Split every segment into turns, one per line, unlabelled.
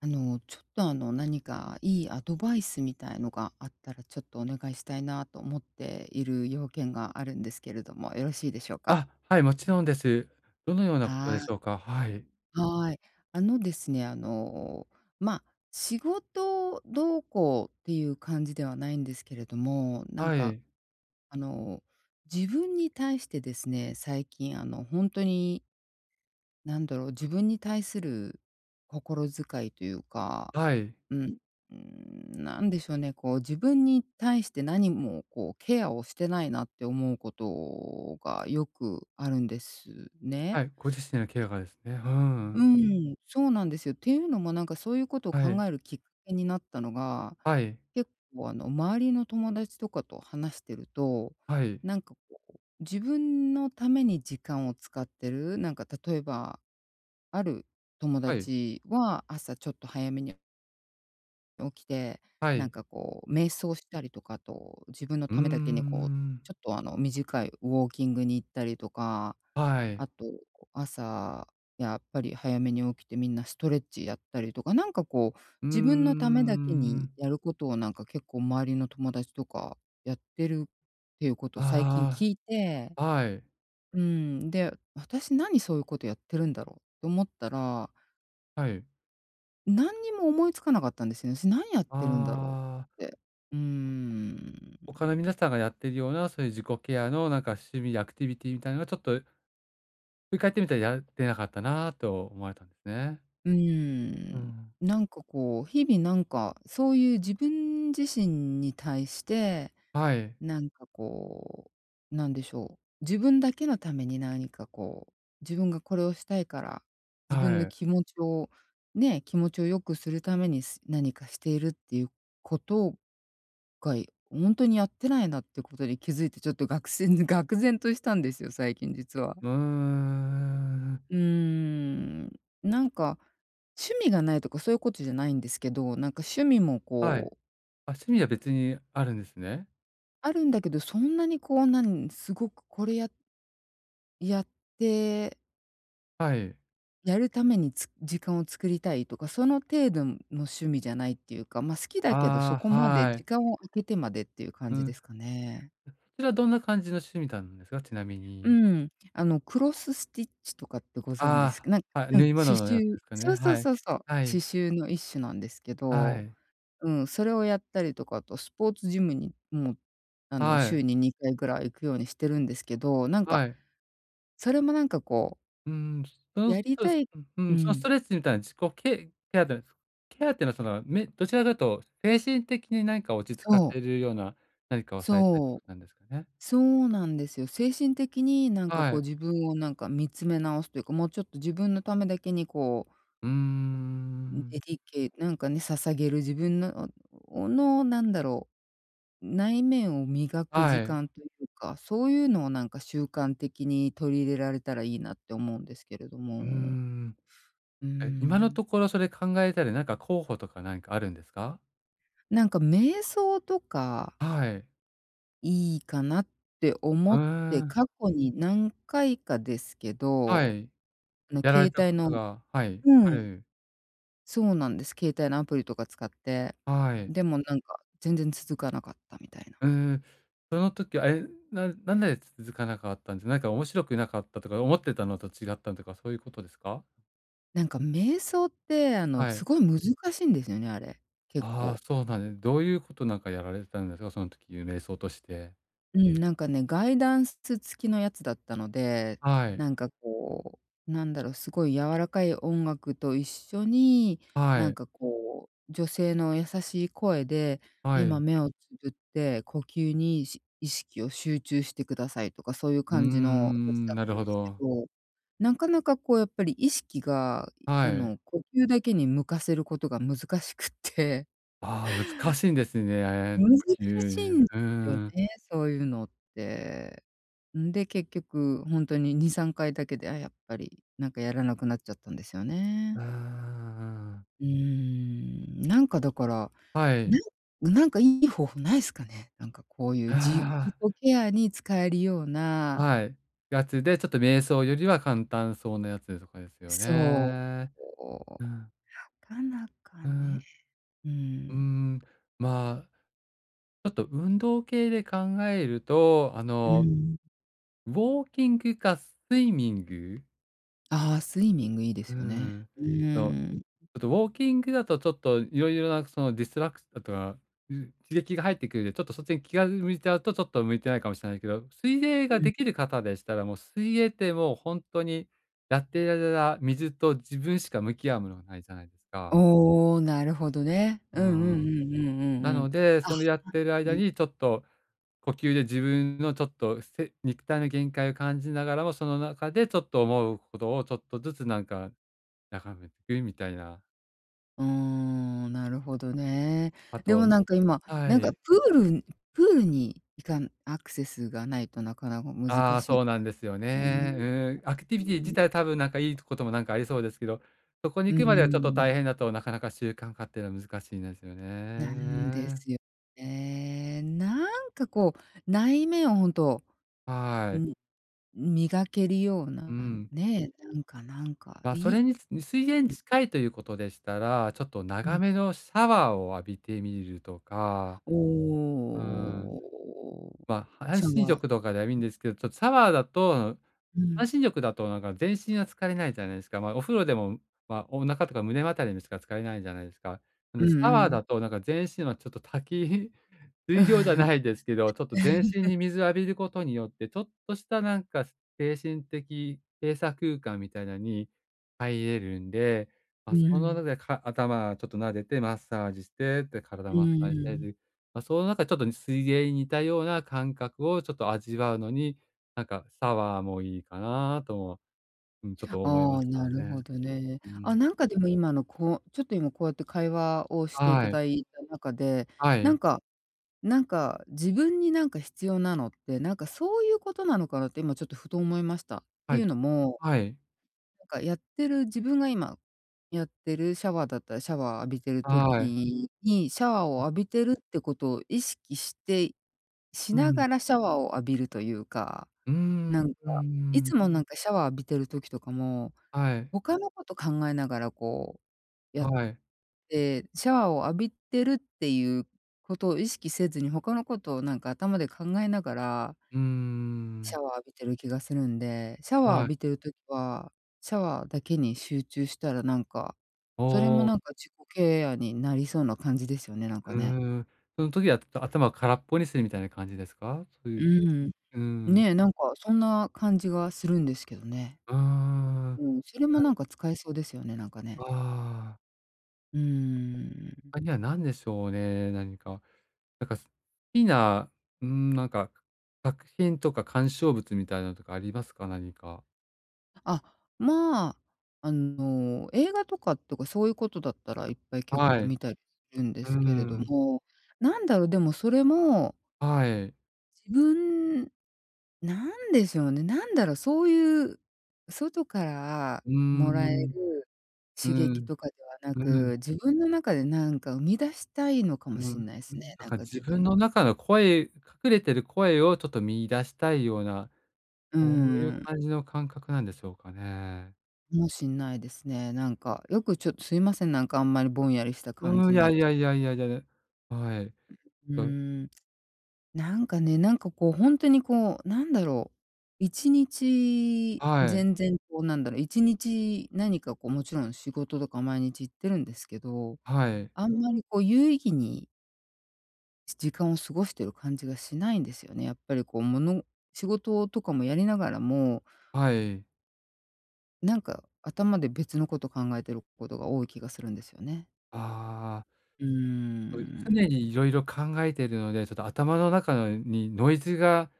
ちょっと何かいいアドバイスみたいのがあったら、ちょっとお願いしたいなと思っている要件があるんですけれども、よろしいでしょうか？
あ、はい、もちろんです。どのようなことで
は
し
い。
ょうか？はい。
はい。あのですね、あの、まあ、仕事どうこうっていう感じではないんですけれども、なん
は
か
い。
あの、自分に対してですね、最近本当に、なんだろう、自分に対する心遣いというか。
はい。
うん。うーなんでしょうね、こう自分に対して何もこうケアをしてないなって思うことがよくあるんですね。
はい、ご自身のケアがですね。うーん。
うん。ん、そうなんですよ。っていうのもなんかそういうことを
はい。
考えるきっかけになったのが、
はい。
結構周りの友達とかと話してると、
はい。
なんかこう、自分のために時間を使ってる、なんか例えば、ある友
はい。
達は朝ちょっと早めに起きて、
は
なん
い。
かこう瞑想したりとか、あと自分の
うー
ためだけにこう、
ん。
ちょっと短いウォーキングに行ったりとか、
はい。
あとこう朝やっぱり早めに起きてみんなストレッチやったりとか、なんかこう
うー
自分のためだけに
ん。
やることをなんか結構周りの友達とかやってるっていうことを最近
あ
聞いて、
あ、はい。
うん、で、私何そういうことやってるんだろうと思ったら
はい。
何にも思いつかなかったんですよね。私何やっ
あ
てるんだろ
あ、
うって。うーん。
他の皆さんがやってるような、そういう自己ケアの趣味やアクティビティみたいなのがちょっと振り返ってみたらやってなかったなと思われたんですね。
うー
う
ん。
ん。
なんかこう、日々なんか、そういう自分自身に対して、
はい。
なんかこう、なんでしょう、自分だけのために何かこう、自分がこれをしたいから、自分の
はい。
気持ちをね、気持ちを良くするために、何かしているっていうこと回、本当にやってないなってことに気づいて、ちょっと愕然としたんですよ、最近実は。
うーん。
うーん、なんか、趣味がないとかそういうことじゃないんですけど、なんか趣味も
はい。
こう、
あ、趣味は別にあるんですね。
あるんだけど、そんなにこう、すごくこれやって、
はい。
やるために時間を作りたいとか、その程度の趣味じゃないっていうか、ま、好きだけど、そ
あ
こ
あ、
まで
は
時
い。
間を空けてまでっていう
う
感じで
ん。
すかね。
そちらどんな感じの趣味なんですか？ちなみ
う
に。
ん、クロススティッチとかってご存知で
あ
すか？
あ、はい、
う
縫
ん、
い
刺
物のやつ
繍、
ですかね。
そうそう
はい。
そうそう、
は
刺
い。
繍の一種なんですけ
は
ど、
い。
うん、それをやったりとか、あとスポーツジムにもう、
はい。
週に2回ぐらい行くようにしてるんですけど、なんか、
はい。
それもなんかこう、
うん、その、そ
やり
うで
た
す。
い。
う
う
ん、そのスト
ん、
レッチみたいな自己ケケアってケアっていうのはその、どちらかというと精神的に何か落ち着か
そう、
せるような何かをされたいってこ
そ
と
う、
なんですかね？
そうなんですよ。精神的になんか
は
こう
い。
自分をなんか見つめ直すというか、もうちょっと自分のためだけにこう、
うーん。
デディケなんかね、捧げる、自分のの、なんだろう、内面を磨く
は
時
い。
間というか、そういうのをなんか習慣的に取り入れられたらいいなって思うんですけれど
うー
も。
ん。
うー
え、今のと
ん。
ころそれ考えたり、なんか候補とか何かあるんですか？
なんか瞑想とか
はい。
いいかなって
う
思って、
ーん、
過去に何回かですけ
は
ど、
い。やら
携
れた
帯
こ
の。
とがはい、
う
あ
ん、
る。
そうなんです。携帯のアプリとか使って、
はい。
でもなんか全然続かなかったみたいな。
うーん。その時あれななんで続かなかったんですか、なんか面白くなかったとか、思ってたのと違ったとか、そういうことですか？
なんか瞑想って、
は
す
い。
ごい難しいんですよね、あれ、結
ああ、
構。
そうなんで、どういうことなんかやられてたんですか？その時、瞑想として。
うん、なんかね、ガイダンス付きのやつだったので、
はい。
なんかこう、なんだろう、すごい柔らかい音楽と一緒に、
は
なん
い。
かこう、女性の優しい声で、
はい。
今目をつぶって呼吸に意識を集中してくださいとか、そういう
うー
感じのやつ
ん、
だっ
なる
たん
ほ
ですけ
ど。
ど、なかなかこうやっぱり意識が、
はい。
呼吸だけに向かせることが難しくって。
ああ、難しいんですね。
難
呼
しい
吸。
んで
うー
すよ
ん。
ね、そういうのって。んで、結局ほんとに2、3回だけで、あ、やっぱり、なんかやらなくなっちゃったんですよ
うー
ね。
ん、
なんかだから、
はい。
ななんかいい方法ないすかね？なんかこういう自
あ
己ケアに使えるよう
あ、
な。
はい。やつで、ちょっと瞑想よりは簡単そうなやつとかですよ
そ
ね。う
う。
ん、
なかなか
う
ね。
ん。
う
うー
ん。
ん、まあ、ちょっと運動系で考えると、あ
う
の、
ん。
ウォーキングかスイミング。
ああ、スイミングいいで
う
すよね。
ん。
う
の、
ーん。
ちょっとウォーキングだとちょっといろいろなディストラクあとか、うん、刺激が入ってくるんで、ちょっとそっちに気が向いちゃうと、ちょっと向いてないかもしれないけど、水泳が
うん。
できる方でしたら、もう水泳ってもう本当にやっていられた水と自分しか向き合うものがないじゃないですか。
おお、なるほどね。
う
うんうんう
ん。
んうんう
な
んう
の
ん。
で、
あ、
そのやってる
う
間
ん、
にちょっと呼吸で自分のちょっと肉体の限界を感じながらも、その中でちょっと思うことをちょっとずつなんか、眺めていくみたいな。
うーん、なるほどね。
あ
で
と、
もなんか今、
は
なんか
い。
プールに行かんアクセスがないとなかなか難
ああ、
しい
そうなんですよ
ね。
ね。うーん、アクティビティ自体多分なんかいいこともなんかありそうですけど、そこに
う
行くまではちょっと大
ん。
変だとなかなか習慣化っていうのは難しいんですよ
なんで
ね。
すよね。なんかこう、内面をほんと、
はい。
ん磨けるよう
う
な、
ん。
ね、なんかなんか、
まあ、そ
い。
れにつ水泳に
うん
近いということでしたら、ちょっと
う
長
ん。
めのシャワーを浴びてみるとか、
お
うん。
お。
まあ、半
シャ
身
ワ
浴
ー。
とかではいいんですけど、ちょっとシャワーだと、
う
半
ん。
身浴だとなんか全身は疲れないじゃないですか。まあ、お風呂でも、まあ、お腹とか胸あたりにしか疲れないじゃないですか。な
う
ので
ん
シャ
う
ワー
ん。
だとなんか全身はちょっと滝 水行じゃない ですけど、ちょっと全身に水を浴びることによって、ちょっとしたなんか精神的閉鎖空間みたいなのに入れるんで、まあ、
う
その中
ん。
で頭ちょっと撫でてマッサージして、で、体
う
マッサージ
ん。
して、ま、その中ちょっと水泳に似たような感覚をちょっと味わうのに、なんかサワーもいいかなとも、うん、ちょっと思い
あ
ま
あ、
し
な
た
る
ね。
ほどね。
う
あ、
ん。
なんかでも今のこうちょっと今こうやって会話をしてい
は
た
い。
だいた中で、
は
なん
い。
かなんか自分になんか必要なのって、なんかそういうことなのかなって今ちょっとふと思いました。っ
は
てい
い。
うのも、
はい。
なんかやってる自分が今やってるシャワーだったらシャワー浴びてる
はい。
時に、シャワーを浴びてるってことを意識し
う
な
ん。
がらシャワーを浴びるというか、
うーん、
なんか、
うん
い
うん。
つもなんかシャワー浴びてる時とかも、
はい。
他のこと考えながらこうやっ
はい。
て、シャワーを浴びてるっていうことを意識せずに、他のことをなんか頭で考えながら、
うー
シ
ん。
ャワー浴びてる気がするんで、シャワー
は
浴
い。
びてる時は、シャワーだけに集中したらなんか、
お
それもな
お、
んか自己ケアになりそうな感じですよね、なん
う
かね。
ーん。その時は、頭を空っぽにするみたいな感じですか？そうい
う
う。
ん。
うーん。
ね、なんかそんな感じがするんですけどね。
うーん。
うん、それも
はい。
なんか使えそうですよね、なんか
あ
ね。
あ。
うーん。
他には何でしょうね、何か。なんか、好きな、うーん、なんか、作品とか鑑賞物みたいなのとかありますか？何か。
あ、まあ、映画とかってか、そういうことだったらいっぱい結
は
構
い。う
見たりするんで
ー
すけれど
ん。
も、なんだろう、でもそれも、
はい。
自分なんでしょうね、なんだろう、そういう外から
うー
もらえる
ん。う
刺激
ん。
とかではな
うん。
く、自分の中でなんか生み出したいのか
う
もしん
ん。
ない
う
すね、
ん。だ
なん
から
か
自分の中の声、隠れてる声をちょっと見出したいような、
うー
そういう
ん、
感じの感覚なんでしょうかね。
もしんないですね。なんか、よくちょっとすいません、なんかあんまりぼんやりした感
うー
じ
ん、い
にな
や
っ
い
ち
や
ゃって。
いやいやいや、はい。
う
と、
ーん、なんかね、なんかこうほんとにこう、なんだろう、1日
はい。
全然こうなんだろう、1日何かこうもちろん仕事とか毎日行ってるんですけど、
はい。
あんまりこう有意義に時間を過ごしてる感じがしないんですよね。やっぱりこう仕事とかもやりながらも、
はい。
なんか頭で別のこと考えてることが多い気がするんですよね。
ああ。
うー
そう、常
ん、
にいろいろ考えているので、ちょっと頭の中にノイズが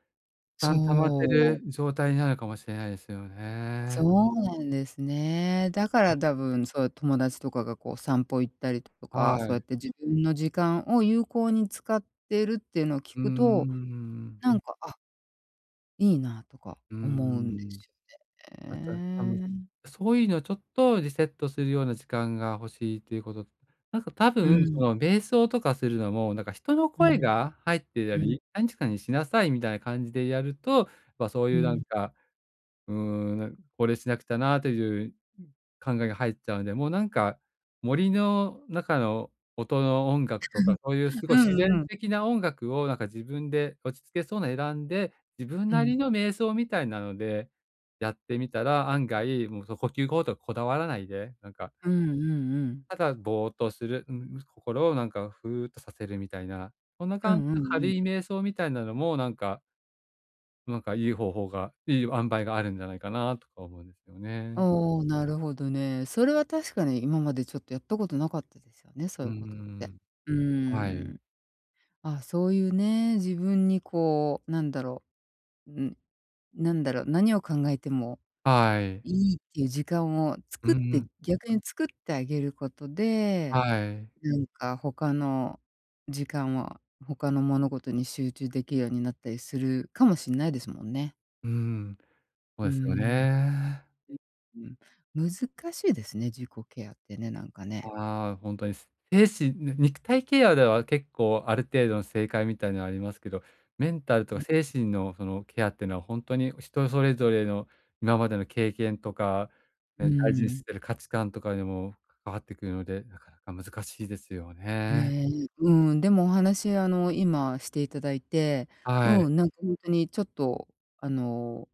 溜まって
そう。
る状態になるかもしれないですよ
そ
ね。
うなんですね。だから多分、そう、友達とかがこう散歩行ったりと
は
か、そうや
い。
って自分の時間を有効に使ってるっていうのを聞
うんうん
くと、
うんん。
なん。んか、あ、いいなとか思うんですよ
また、あの、
ね。
そういうのをちょっとリセットするような時間が欲しいということ。なんか多
う
分、
ん、う
そ
ん、
の瞑想とかするのも、なんか人の
う
声
ん、
が入ってた
うん。
り、「何時間にしなさい」みたいな感じでやると、ま、そう
う
いう
ん
な
う
ん
ん。
か、うーん、これしなくちゃなという考えが入っちゃうんで、もうなんか、森の中の音の音楽とか、そういうすご
う
い自然的な音楽をなんか自分で落ち着けそうな選んで、自分なり
ん。
の瞑想みたいなのでやってみたら、案外、もうそ呼吸法とかこだわらないで、なんか、
うんうんうん。
ただぼーっとする、うん、心をなんかふーっとさせるみたいな、そんな
う
感じ
んう
の
ん
軽
う
い
ん。
瞑想みたいなのもなんか、なんかいい方法が、いい塩梅があるんじゃないかなとか思うんですよね。
おお、なるほどね。それは確かに今までちょっとやったことなかったですよね、そ
う
うい
ー
うことって。
ん。
う
は
ー
い。
ん。あ、そういうね、自分にこう、なんだろう、うん、なんだろう、何を考えても
はい。
いいっていう時間を
う
作っ
ん、
て、逆に作ってあげること
は
で、
い。
なんか他の時間は、他の物事に集中できるようになったりするかもしんないですもんね。
うん、そ
う
う
ー
ですよ
ん。
ね。
うん、難しいですね、自己ケアってね、なんかね。
ああ、ほんとに、精神ね、肉体ケアでは結構ある程度の正解みたいのはありますけど、メンタルと
う
か
ん、
精神のそのケアってのはほんとに人それぞれの今までの経験とか、
う
ね、大事に
ーん。
してる価値観とかにも関わってくるので、なかなか難しいですよね。
ねえ、うん、でもお話、今していただいて、
はい、
うん、なんかほんとにちょっと、あの、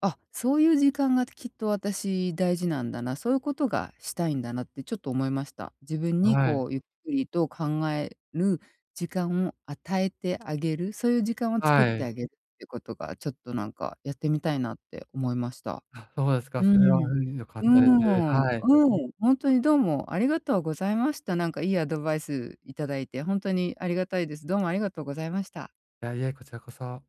あ、そういう時間がきっと私大事なんだな、そういうことがしたいんだなってちょっと思いました。自分に
はい。
こうゆっくりと考える時間を与えてあげる、そういう時間を作っ
は
て
い。
あげるってことが、ちょっとなんかやってみたいなって思いました。
あ、そうですか。
う
それは、
ん。
うん、良か
う
っ
ー
たです。
ん、
はい。
うん、ほんとにどうもありがとうございました。なんかいいアドバイスいただいて、ほんとにありがたいです。どうもありがとうございました。
いや、いえ、こちらこそ。